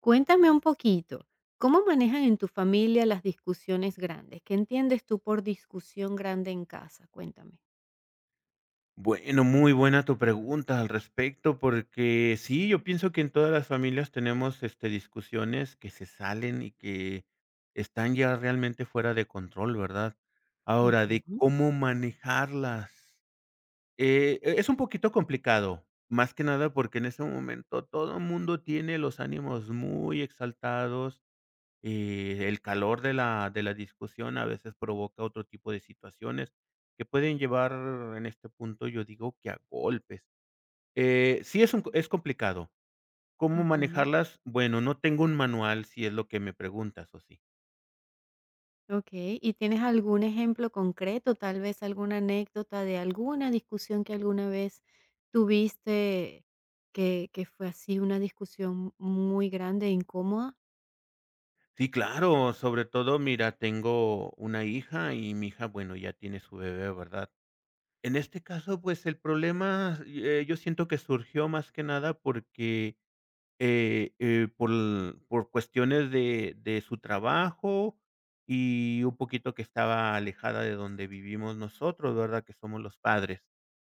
Cuéntame un poquito, ¿cómo manejan en tu familia las discusiones grandes? ¿Qué entiendes tú por discusión grande en casa? Cuéntame. Bueno, muy buena tu pregunta al respecto, porque sí, yo pienso que en todas las familias tenemos, discusiones que se salen y que están ya realmente fuera de control, ¿verdad? Ahora, de Ujú, cómo manejarlas, es un poquito complicado, más que nada porque en ese momento todo el mundo tiene los ánimos muy exaltados, y el calor de la discusión a veces provoca otro tipo de situaciones que pueden llevar en este punto, yo digo que a golpes. Sí es es complicado. ¿Cómo ujú. manejarlas? Bueno, no tengo un manual, si es lo que me preguntas, ¿o sí? Okey, ¿y tienes algún ejemplo concreto, tal vez alguna anécdota de alguna discusión que alguna vez tuviste que fue así una discusión muy grande e incómoda? Sí, claro, sobre todo, mira, tengo una hija y mi hija, bueno, ya tiene su bebé, ¿verdad? En este caso, pues el problema, yo siento que surgió más que nada porque por cuestiones de su trabajo y un poquito que estaba alejada de donde vivimos nosotros, ¿verdad? Que somos los padres.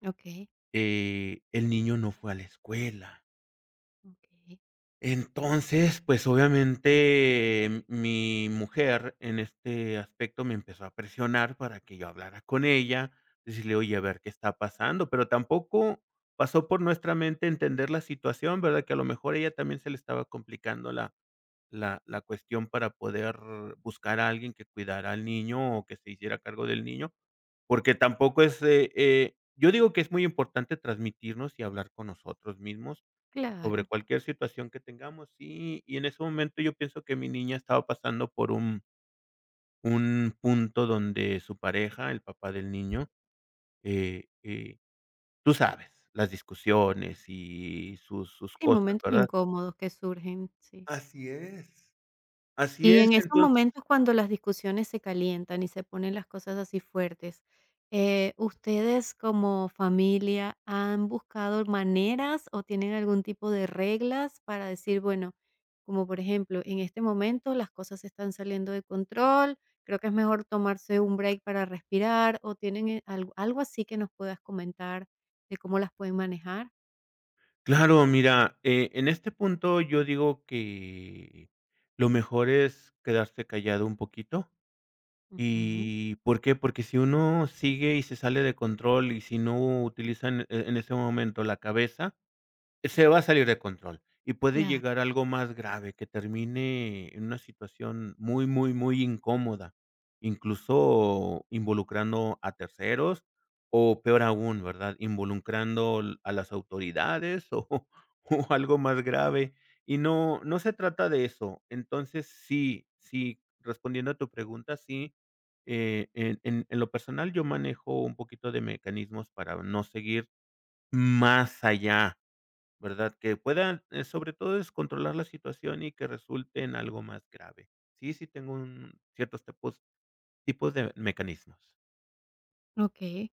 Okey, El niño no fue a la escuela. okey, Entonces, pues, obviamente, mi mujer, en este aspecto, me empezó a presionar para que yo hablara con ella, decirle: "Oye, a ver qué está pasando", pero tampoco pasó por nuestra mente entender la situación, ¿verdad? Que a lo mejor ella también se le estaba complicando la cuestión para poder buscar a alguien que cuidara al niño o que se hiciera cargo del niño, porque tampoco es, yo digo que es muy importante transmitirnos y hablar con nosotros mismos sobre claro. cualquier situación que tengamos, sí, y en ese momento yo pienso que mi niña estaba pasando por un punto donde su pareja, el papá del niño, eh eh, tú sabes, las discusiones y sus Sí, cosas, momentos ¿verdad? incómodos que surgen, sí. Así es. Así Y es, en esos entonces momentos cuando las discusiones se calientan y se ponen las cosas así fuertes, ¿ustedes como familia han buscado maneras o tienen algún tipo de reglas para decir, bueno, como por ejemplo, en este momento las cosas están saliendo de control, creo que es mejor tomarse un break para respirar o tienen algo, algo así que nos puedas comentar de cómo las pueden manejar? Claro, mira, en este punto yo digo que lo mejor es quedarse callado un poquito. Ujú, ¿Y por qué? Porque si uno sigue y se sale de control y si no utilizan en ese momento la cabeza, se va a salir de control y puede claro, llegar algo más grave, que termine en una situación muy, muy, muy incómoda, incluso involucrando a terceros o peor aún, ¿verdad? Involucrando l a las autoridades o o algo más grave, y no se trata de eso. Entonces, sí, sí, respondiendo a tu pregunta, sí, en lo personal, yo manejo un poquito de mecanismos para no seguir más allá. ¿Verdad? Que puedan, sobre todo, es controlar la situación y que resulte en algo más grave. Sí, sí tengo un ciertos tipos de mecanismos. ok.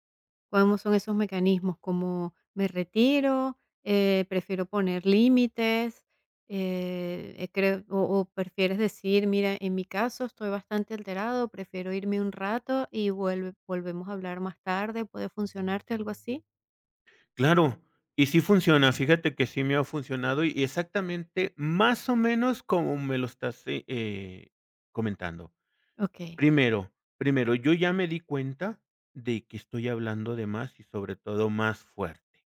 ¿Cómo son esos mecanismos? ¿Como me retiro? ¿Prefiero poner límites? Creo, o prefieres decir, mira, en mi caso estoy bastante alterado, prefiero irme un rato y vuelve, volvemos a hablar más tarde, ¿puede funcionarte algo así? Claro, y sí funciona, fíjate que sí me ha funcionado y exactamente más o menos como me lo estás, comentando. Ok, Primero Primero, yo ya me di cuenta de que estoy hablando de más y sobre todo más fuerte.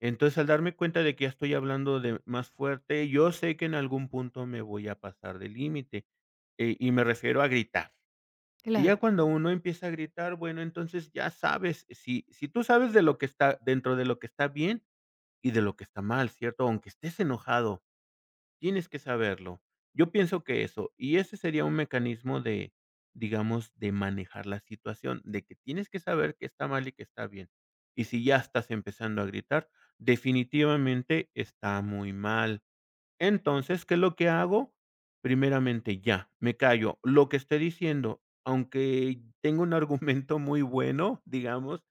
Entonces, al darme cuenta de que ya estoy hablando de más fuerte, yo sé que en algún punto me voy a pasar del límite, y me refiero a gritar. Y ya claro. cuando uno empieza a gritar, bueno, entonces ya sabes, si tú sabes de lo que está dentro de lo que está bien y de lo que está mal, ¿cierto? Aunque estés enojado. Tienes que saberlo. Yo pienso que eso y ese sería un mecanismo de, digamos, de manejar la situación, de que tienes que saber que está mal y que está bien. Y si ya estás empezando a gritar, definitivamente está muy mal. Entonces, ¿qué es lo que hago? Primeramente, ya, me callo. Lo que esté diciendo, aunque tenga un argumento muy bueno, digamos,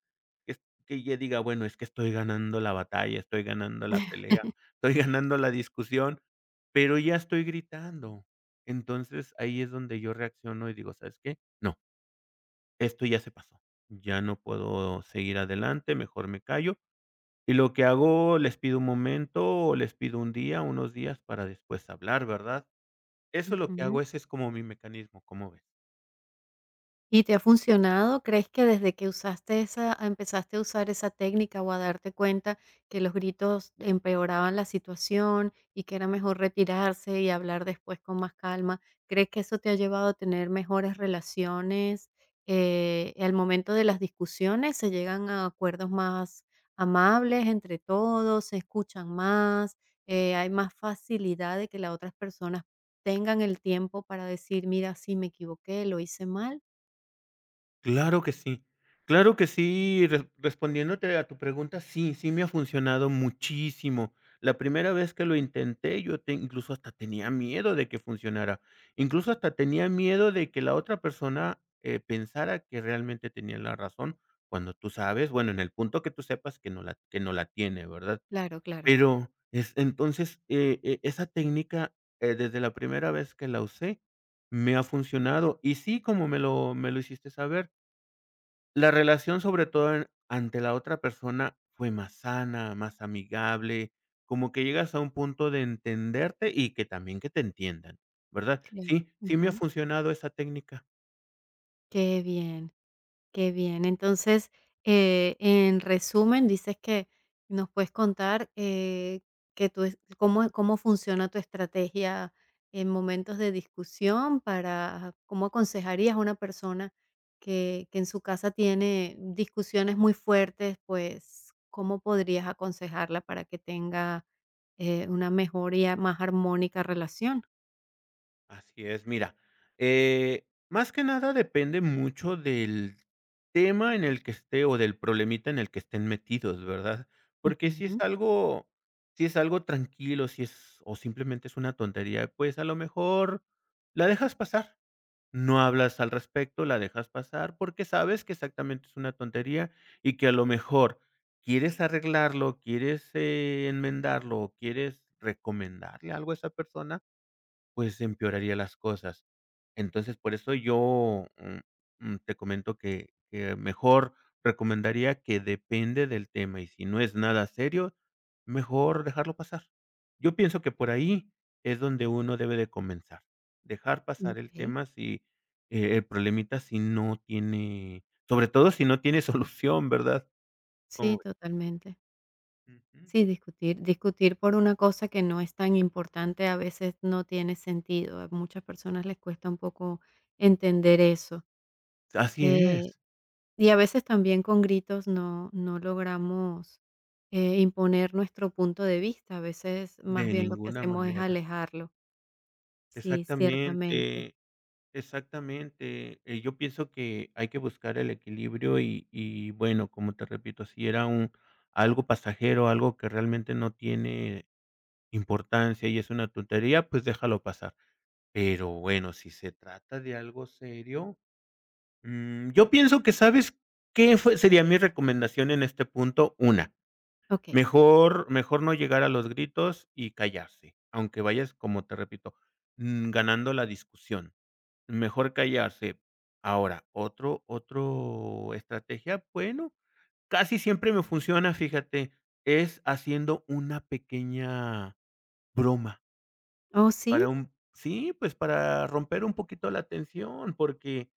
es que ya diga, bueno, es que estoy ganando la batalla, estoy ganando la pelea, estoy ganando la discusión, pero ya estoy gritando. Entonces, ahí es donde yo reacciono y digo, ¿sabes qué? No, esto ya se pasó. Ya no puedo seguir adelante, mejor me callo y lo que hago, les pido un momento, o les pido un día, unos días para después hablar, ¿verdad? Eso es lo que Ujú. hago, ese es como mi mecanismo, ¿cómo ves? ¿Y te ha funcionado? ¿Crees que desde que usaste esa empezaste a usar esa técnica o a darte cuenta que los gritos empeoraban la situación y que era mejor retirarse y hablar después con más calma? ¿Crees que eso te ha llevado a tener mejores relaciones? Al momento de las discusiones se llegan a acuerdos más amables entre todos, se escuchan más. Hay más facilidad de que las otras personas tengan el tiempo para decir, mira, sí me equivoqué, lo hice mal. Claro que sí. Claro que sí, re respondiéndote a tu pregunta, sí, sí me ha funcionado muchísimo. La primera vez que lo intenté, yo te incluso hasta tenía miedo de que funcionara. Incluso hasta tenía miedo de que la otra persona, pensara que realmente tenía la razón, cuando tú sabes, bueno, en el punto que tú sepas que no la tiene, ¿verdad? Claro, claro, Pero, es entonces, esa técnica, desde la primera vez que la usé, me ha funcionado. Y sí, como me lo hiciste saber, la relación, sobre todo en ante la otra persona, fue más sana, más amigable, como que llegas a un punto de entenderte y que también que te entiendan, ¿verdad? claro. Sí, sí me ha Ujú. funcionado esa técnica. Qué bien, qué bien. Entonces, en resumen, dices que nos puedes contar cómo, cómo funciona tu estrategia en momentos de discusión para cómo aconsejarías a una persona que en su casa tiene discusiones muy fuertes, pues cómo podrías aconsejarla para que tenga una mejoría más armónica relación. Así es, mira, más que nada depende mucho del tema en el que esté o del problemita en el que estén metidos, ¿verdad? Porque Ujú. Si es algo tranquilo, si es o simplemente es una tontería, pues, a lo mejor la dejas pasar, no hablas al respecto, la dejas pasar, porque sabes que exactamente es una tontería y que a lo mejor quieres arreglarlo, quieres, enmendarlo o quieres recomendarle algo a esa persona, pues, empeoraría las cosas. Entonces, por eso yo, te comento que mejor recomendaría que depende del tema, y si no es nada serio, mejor dejarlo pasar. Yo pienso que por ahí es donde uno debe de comenzar, dejar pasar el Ok. tema si, el problemita si no tiene sobre todo si no tiene solución, ¿verdad? Sí, ¿Cómo ves? totalmente. Ujú. Sí, discutir, discutir por una cosa que no es tan importante a veces no tiene sentido. A muchas personas les cuesta un poco entender eso. Así Eh, es, y a veces también con gritos no, no logramos imponer nuestro punto de vista. A veces más de bien lo que ninguna hacemos es manera. alejarlo. Sí, ciertamente. Exactamente. Exactamente. Yo pienso que hay que buscar el equilibrio y bueno, como te repito, si era un algo pasajero, algo que realmente no tiene importancia y es una tontería, pues déjalo pasar. Pero bueno, si se trata de algo serio, yo pienso que, ¿sabes qué fue sería mi recomendación en este punto? Una, Ok. Mejor no llegar a los gritos y callarse, aunque vayas, como te repito, ganando la discusión. Mejor callarse. Ahora, otro estrategia, bueno, casi siempre me funciona, fíjate, es haciendo una pequeña broma Oh, sí, para un sí, pues, para romper un poquito la tensión, porque,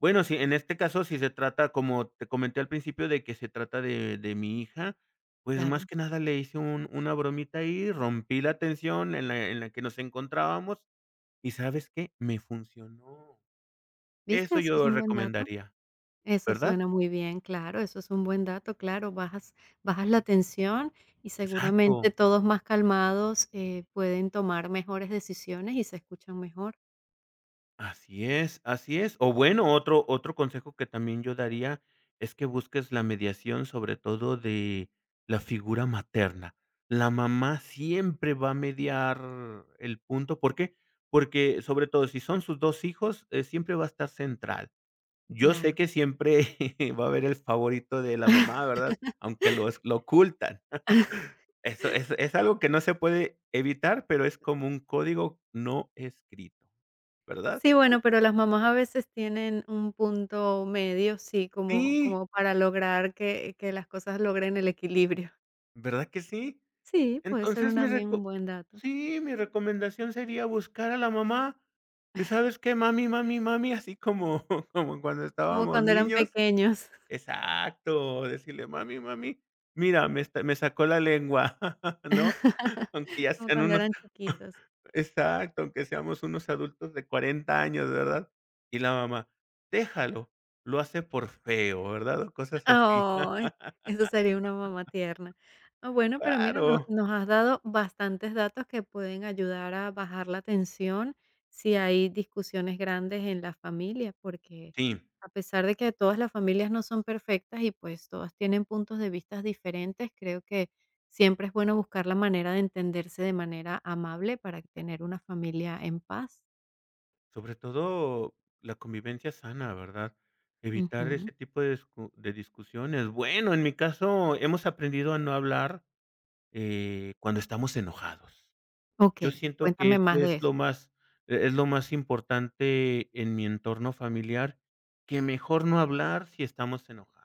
bueno, si en este caso, si se trata, como te comenté al principio, de que se trata de mi hija, pues, claro. más que nada le hice un una bromita ahí, rompí la tensión en la que nos encontrábamos, ¿y sabes qué? Me funcionó. ¿Viste? Eso Eso es yo un buen dato. recomendaría. Eso ¿Verdad? suena muy bien, claro, eso es un buen dato, claro, bajas la tensión y seguramente Exacto. todos más calmados, pueden tomar mejores decisiones y se escuchan mejor, Así es, así es. O bueno, otro consejo que también yo daría es que busques la mediación, sobre todo de la figura materna. La mamá siempre va a mediar el punto, ¿por qué? Porque, sobre todo, si son sus 2 hijos, siempre va a estar central. Yo sé claro. que siempre va a haber el favorito de la mamá, ¿verdad? Aunque los lo ocultan. Eso es algo que no se puede evitar, pero es como un código no escrito, ¿verdad? Sí, bueno, pero las mamás a veces tienen un punto medio, sí, como Sí, como para lograr que las cosas logren el equilibrio. ¿verdad que sí? Sí, puede ser un Entonces, mi también un reco buen dato, sí, mi recomendación sería buscar a la mamá. ¿Y sabes qué? Mami, mami, mami, así como como cuando como estábamos cuando eran niños. pequeños, Exacto, decirle: "Mami, mami, mira, me está me sacó la lengua", ¿no? Aunque ya como sean cuando unos eran chiquitos. exacto, aunque seamos unos adultos de 40 años, ¿verdad? Y la mamá: "Déjalo, lo hace por feo", ¿verdad? O cosas así. Ay, eso sería una mamá tierna. Ah, bueno, pero mira, no Claro. nos has dado bastantes datos que pueden ayudar a bajar la tensión si hay discusiones grandes en la familia, porque Sí, a pesar de que todas las familias no son perfectas y pues todas tienen puntos de vista diferentes, creo que siempre es bueno buscar la manera de entenderse de manera amable para tener una familia en paz. sobre todo la convivencia sana, ¿verdad? Evitar Ujú. ese tipo de discusiones. Bueno, en mi caso, hemos aprendido a no hablar, cuando estamos enojados. Yo Okey, siento que cuéntame eso más de es lo eso. más e es lo más importante en mi entorno familiar, que mejor no hablar si estamos enojados.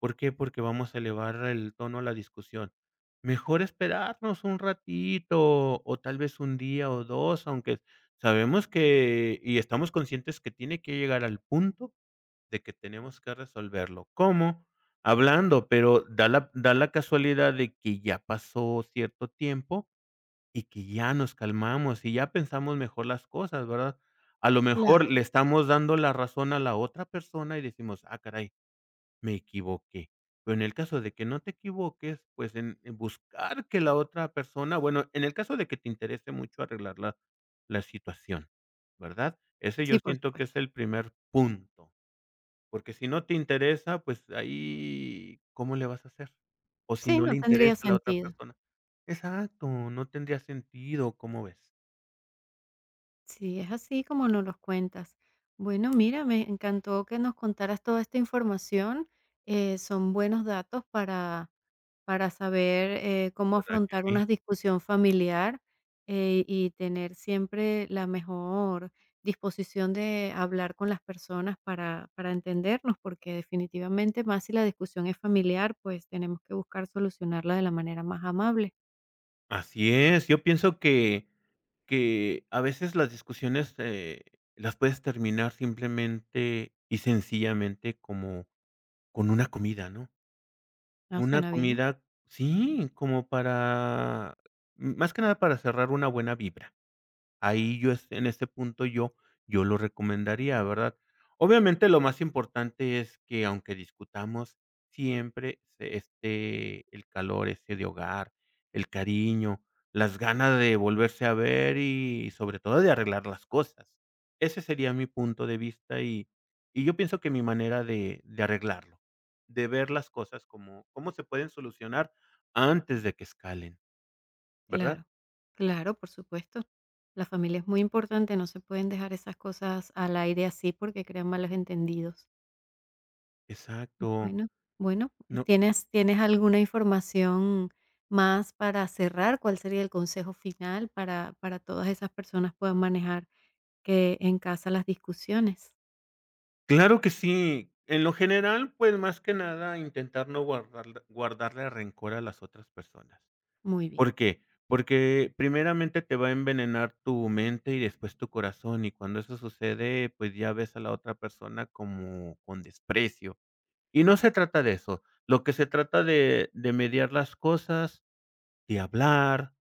¿Por qué? Porque vamos a elevar el tono a la discusión. Mejor esperarnos un ratito, o tal vez un día o 2 aunque sabemos que y estamos conscientes que tiene que llegar al punto de que tenemos que resolverlo. ¿Cómo? Hablando, pero da la casualidad de que ya pasó cierto tiempo y que ya nos calmamos y ya pensamos mejor las cosas, ¿verdad? A lo mejor Claro, le estamos dando la razón a la otra persona y decimos: "Ah, caray, me equivoqué". Pero en el caso de que no te equivoques, pues, en buscar que la otra persona bueno, en el caso de que te interese mucho arreglar la situación, ¿verdad? Ese yo sí, por siento que es supuesto. el primer punto. Porque si no te interesa, pues ahí, ¿cómo le vas a hacer? O si Sí, no no le tendría interesa a la otra sentido. persona. Exacto, no tendría sentido, ¿cómo ves? Sí, es así como nos los cuentas. Bueno, mira, me encantó que nos contaras toda esta información. Son buenos datos para saber cómo ¿Verdad que afrontar sí? una discusión familiar y tener siempre la mejor disposición de hablar con las personas para entendernos, porque definitivamente más si la discusión es familiar, pues tenemos que buscar solucionarla de la manera más amable. Así es, yo pienso que a veces las discusiones, las puedes terminar simplemente y sencillamente como con una comida, ¿no? ¿No Una suena bien? comida sí, como para, más que nada para cerrar una buena vibra. Ahí yo es en este punto yo yo lo recomendaría, ¿verdad? Obviamente, lo más importante es que, aunque discutamos, siempre se esté el calor ese de hogar, el cariño, las ganas de volverse a ver y, sobre todo, de arreglar las cosas. Ese sería mi punto de vista y yo pienso que mi manera de arreglarlo, de ver las cosas como cómo se pueden solucionar antes de que escalen, ¿verdad? Claro, claro, por supuesto. La familia es muy importante, no se pueden dejar esas cosas al aire así porque crean malos entendidos. Exacto. Bueno, bueno, No. ¿tienes, tienes alguna información más para cerrar? ¿Cuál sería el consejo final para todas esas personas puedan manejar que en casa las discusiones? Claro que sí. En lo general, pues, más que nada, intentar no guardarle rencor a las otras personas. Muy bien. ¿Por qué? Porque primeramente te va a envenenar tu mente y después tu corazón, y cuando eso sucede, pues, ya ves a la otra persona como con desprecio. Y no se trata de eso. Lo que se trata de mediar las cosas de hablar,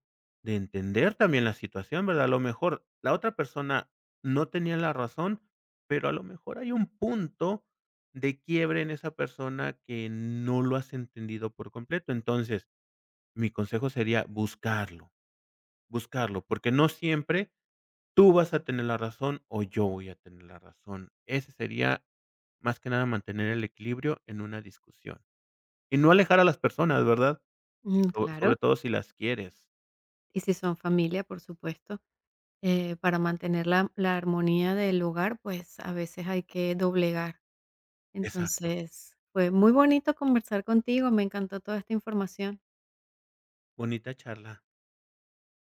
de entender también la situación, ¿verdad? A lo mejor la otra persona no tenía la razón, pero a lo mejor hay un punto de quiebre en esa persona que no lo has entendido por completo. Entonces, mi consejo sería buscarlo, buscarlo, porque no siempre tú vas a tener la razón o yo voy a tener la razón. Ese sería más que nada mantener el equilibrio en una discusión y no alejar a las personas, ¿verdad? Mm, claro. Sobre todo si las quieres. Y si son familia, por supuesto, para mantener la, la armonía del hogar, pues a veces hay que doblegar. Exacto. Entonces, fue muy bonito conversar contigo, me encantó toda esta información. Bonita charla.